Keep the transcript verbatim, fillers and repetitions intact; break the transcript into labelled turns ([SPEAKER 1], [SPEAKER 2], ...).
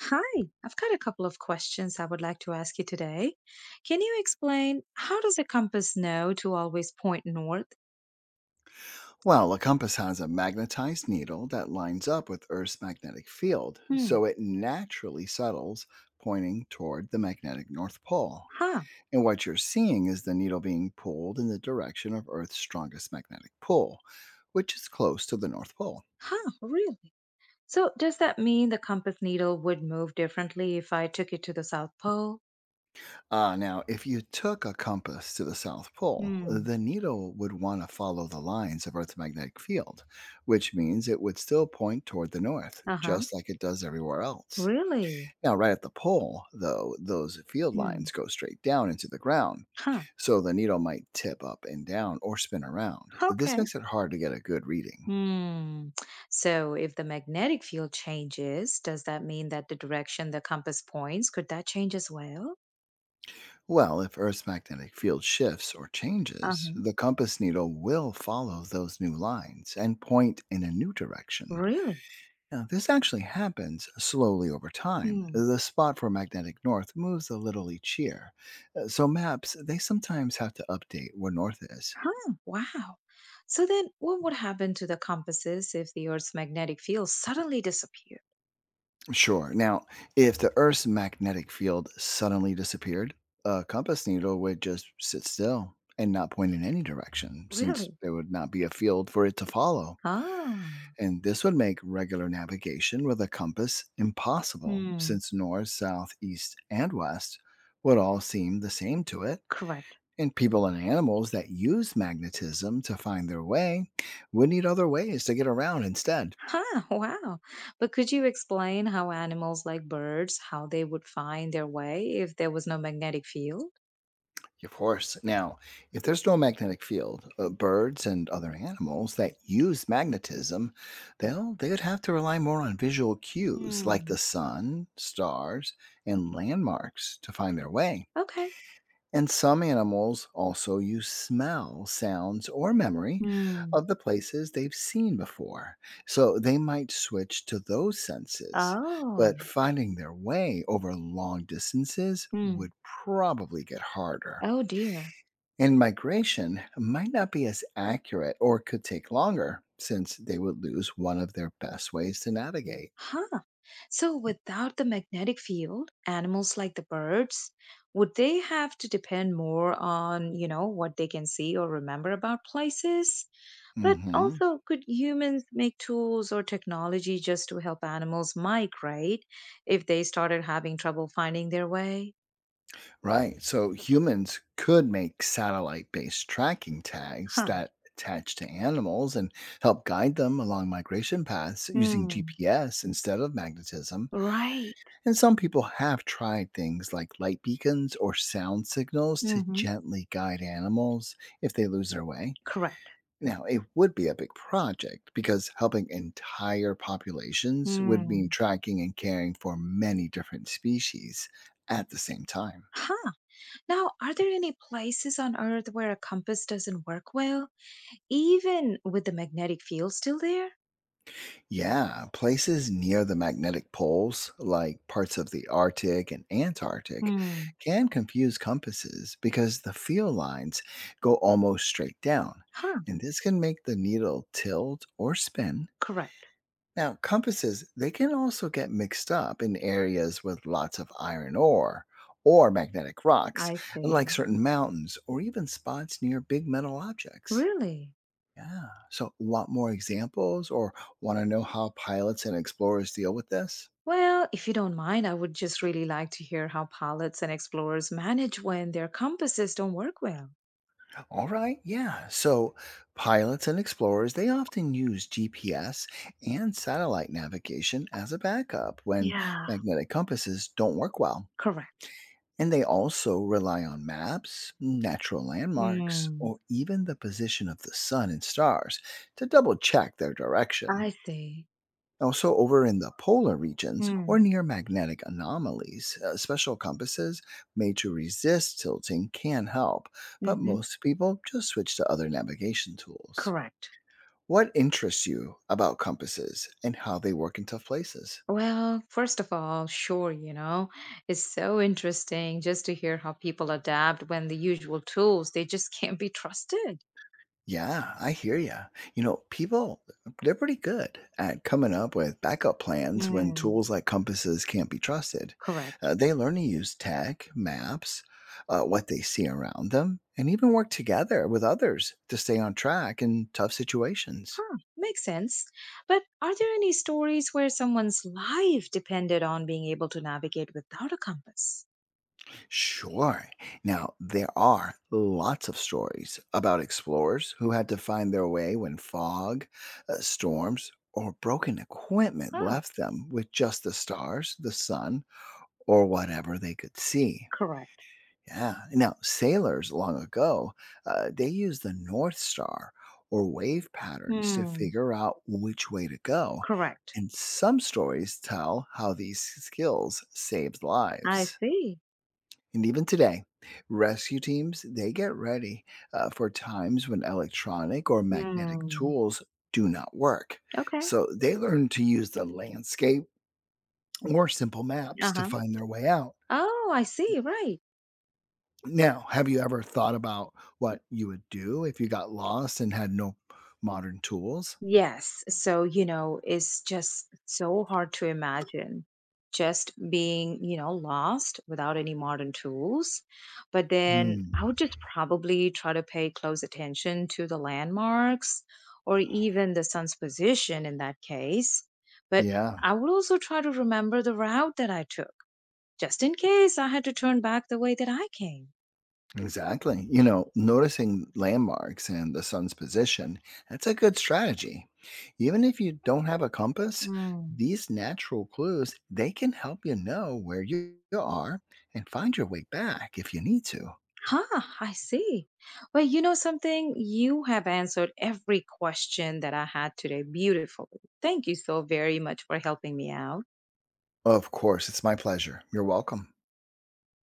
[SPEAKER 1] Hi, I've got a couple of questions I would like to ask you today. Can you explain how does a compass know to always point north?
[SPEAKER 2] Well, a compass has a magnetized needle that lines up with Earth's magnetic field,
[SPEAKER 1] Hmm.
[SPEAKER 2] so it naturally settles pointing toward the magnetic North Pole.
[SPEAKER 1] Huh.
[SPEAKER 2] And what you're seeing is the needle being pulled in the direction of Earth's strongest magnetic pull, which is close to the North Pole.
[SPEAKER 1] Huh, really? So does that mean the compass needle would move differently if I took it to the South Pole?
[SPEAKER 2] Uh, now, if you took a compass to the South Pole,
[SPEAKER 1] Hmm.
[SPEAKER 2] the needle would want to follow the lines of Earth's magnetic field, which means it would still point toward the north,
[SPEAKER 1] Uh-huh.
[SPEAKER 2] just like it does everywhere else.
[SPEAKER 1] Really?
[SPEAKER 2] Now, right at the pole, though, those field
[SPEAKER 1] Hmm.
[SPEAKER 2] lines go straight down into the ground,
[SPEAKER 1] Huh.
[SPEAKER 2] so the needle might tip up and down or spin around. This
[SPEAKER 1] Okay.
[SPEAKER 2] makes it hard to get a good reading.
[SPEAKER 1] Hmm. So if the magnetic field changes, does that mean that the direction the compass points, could that change as well?
[SPEAKER 2] Well, if Earth's magnetic field shifts or changes,
[SPEAKER 1] Uh-huh.
[SPEAKER 2] the compass needle will follow those new lines and point in a new direction.
[SPEAKER 1] Really?
[SPEAKER 2] Now, this actually happens slowly over time.
[SPEAKER 1] Hmm.
[SPEAKER 2] The spot for magnetic north moves a little each year, uh, so maps they sometimes have to update where north is.
[SPEAKER 1] Huh, wow. So then, what would happen to the compasses if the Earth's magnetic field suddenly disappeared?
[SPEAKER 2] Sure. Now, if the Earth's magnetic field suddenly disappeared, a compass needle would just sit still and not point in any direction, since
[SPEAKER 1] Really?
[SPEAKER 2] there would not be a field for it to follow.
[SPEAKER 1] Ah,
[SPEAKER 2] And this would make regular navigation with a compass impossible,
[SPEAKER 1] hmm,
[SPEAKER 2] since north, south, east, and west would all seem the same to it.
[SPEAKER 1] correct.
[SPEAKER 2] And people and animals that use magnetism to find their way would need other ways to get around instead.
[SPEAKER 1] Huh, wow. But could you explain how animals like birds, how they would find their way if there was no magnetic field?
[SPEAKER 2] Of course. Now, if there's no magnetic field, uh, birds and other animals that use magnetism, they'll they would have to rely more on visual cues like the
[SPEAKER 1] Hmm.
[SPEAKER 2] sun, stars, and landmarks to find their way.
[SPEAKER 1] Okay.
[SPEAKER 2] And some animals also use smell, sounds, or memory
[SPEAKER 1] Hmm.
[SPEAKER 2] of the places they've seen before. So they might switch to those senses,
[SPEAKER 1] Oh.
[SPEAKER 2] but finding their way over long distances
[SPEAKER 1] Hmm.
[SPEAKER 2] would probably get harder
[SPEAKER 1] Oh dear.
[SPEAKER 2] and migration might not be as accurate or could take longer since they would lose one of their best ways to navigate.
[SPEAKER 1] Huh. So without the magnetic field, animals like the birds, would they have to depend more on, you know, what they can see or remember about places? But
[SPEAKER 2] Hmm.
[SPEAKER 1] also, could humans make tools or technology just to help animals migrate if they started having trouble finding their way?
[SPEAKER 2] Right. So humans could make satellite based tracking tags
[SPEAKER 1] Huh.
[SPEAKER 2] that attach to animals and help guide them along migration paths using
[SPEAKER 1] Hmm.
[SPEAKER 2] G P S instead of magnetism.
[SPEAKER 1] Right.
[SPEAKER 2] And some people have tried things like light beacons or sound signals to
[SPEAKER 1] Mm-hmm.
[SPEAKER 2] gently guide animals if they lose their way.
[SPEAKER 1] Correct.
[SPEAKER 2] Now, it would be a big project because helping entire populations would mean
[SPEAKER 1] Hmm.
[SPEAKER 2] tracking and caring for many different species at the same time.
[SPEAKER 1] Huh. Now, are there any places on Earth where a compass doesn't work well? Even with the magnetic field still there?
[SPEAKER 2] Yeah, places near the magnetic poles, like parts of the Arctic and Antarctic,
[SPEAKER 1] Hmm.
[SPEAKER 2] can confuse compasses because the field lines go almost straight down,
[SPEAKER 1] Huh,
[SPEAKER 2] and this can make the needle tilt or spin.
[SPEAKER 1] correct.
[SPEAKER 2] Now, compasses, they can also get mixed up in areas with lots of iron ore or magnetic rocks,
[SPEAKER 1] I
[SPEAKER 2] like
[SPEAKER 1] see.
[SPEAKER 2] certain mountains or even spots near big metal objects.
[SPEAKER 1] Really?
[SPEAKER 2] Yeah. So, want more examples or want to know how pilots and explorers deal with this?
[SPEAKER 1] Well, if you don't mind, I would just really like to hear how pilots and explorers manage when their compasses don't work well.
[SPEAKER 2] All right. Yeah. So, pilots and explorers, they often use G P S and satellite navigation as a backup when
[SPEAKER 1] Yeah,
[SPEAKER 2] magnetic compasses don't work well.
[SPEAKER 1] correct.
[SPEAKER 2] And they also rely on maps, natural landmarks,
[SPEAKER 1] Hmm.
[SPEAKER 2] or even the position of the sun and stars to double check their direction.
[SPEAKER 1] I see.
[SPEAKER 2] Also, over in the polar regions or
[SPEAKER 1] Hmm.
[SPEAKER 2] near magnetic anomalies, uh, special compasses made to resist tilting can help, but
[SPEAKER 1] Mm-hmm.
[SPEAKER 2] most people just switch to other navigation tools.
[SPEAKER 1] Correct.
[SPEAKER 2] What interests you about compasses and how they work in tough places?
[SPEAKER 1] Well, first of all, sure, you know, it's so interesting just to hear how people adapt when the usual tools they just can't be trusted.
[SPEAKER 2] Yeah, I hear you. You know, people, they're pretty good at coming up with backup plans when
[SPEAKER 1] Hmm.
[SPEAKER 2] tools like compasses can't be trusted.
[SPEAKER 1] Correct.
[SPEAKER 2] Uh, they learn to use tech, maps, uh, what they see around them, and even work together with others to stay on track in tough situations.
[SPEAKER 1] Huh, makes sense. But are there any stories where someone's life depended on being able to navigate without a compass?
[SPEAKER 2] Sure. Now, there are lots of stories about explorers who had to find their way when fog, uh, storms, or broken equipment
[SPEAKER 1] Huh,
[SPEAKER 2] left them with just the stars, the sun, or whatever they could see.
[SPEAKER 1] correct.
[SPEAKER 2] Yeah. Now, sailors long ago, uh, they used the North Star or wave patterns to
[SPEAKER 1] Hmm,
[SPEAKER 2] figure out which way to go.
[SPEAKER 1] correct.
[SPEAKER 2] And some stories tell how these skills saved
[SPEAKER 1] I
[SPEAKER 2] lives.
[SPEAKER 1] see.
[SPEAKER 2] And even today, rescue teams, they get ready uh, for times when electronic or magnetic
[SPEAKER 1] Hmm.
[SPEAKER 2] tools do not work.
[SPEAKER 1] Okay.
[SPEAKER 2] So they learn to use the landscape or simple maps
[SPEAKER 1] Uh
[SPEAKER 2] to
[SPEAKER 1] huh.
[SPEAKER 2] find their way out.
[SPEAKER 1] Oh, I see. Right.
[SPEAKER 2] Now, have you ever thought about what you would do if you got lost and had no modern tools?
[SPEAKER 1] Yes. So, you know, it's just so hard to imagine just being, you know, lost without any modern tools. But then I
[SPEAKER 2] Mm.
[SPEAKER 1] would just probably try to pay close attention to the landmarks or even the sun's position in that case. But
[SPEAKER 2] Yeah,
[SPEAKER 1] I would also try to remember the route that I took, just in case I had to turn back the way that I came.
[SPEAKER 2] exactly. You know, noticing landmarks and the sun's position, that's a good strategy. Even if you don't have a compass,
[SPEAKER 1] Mm.
[SPEAKER 2] these natural clues, they can help you know where you are and find your way back if you need to.
[SPEAKER 1] Huh, I see. Well, you know something? You have answered every question that I had today beautifully. Thank you so very much for helping me out.
[SPEAKER 2] Of course, it's my pleasure. You're welcome.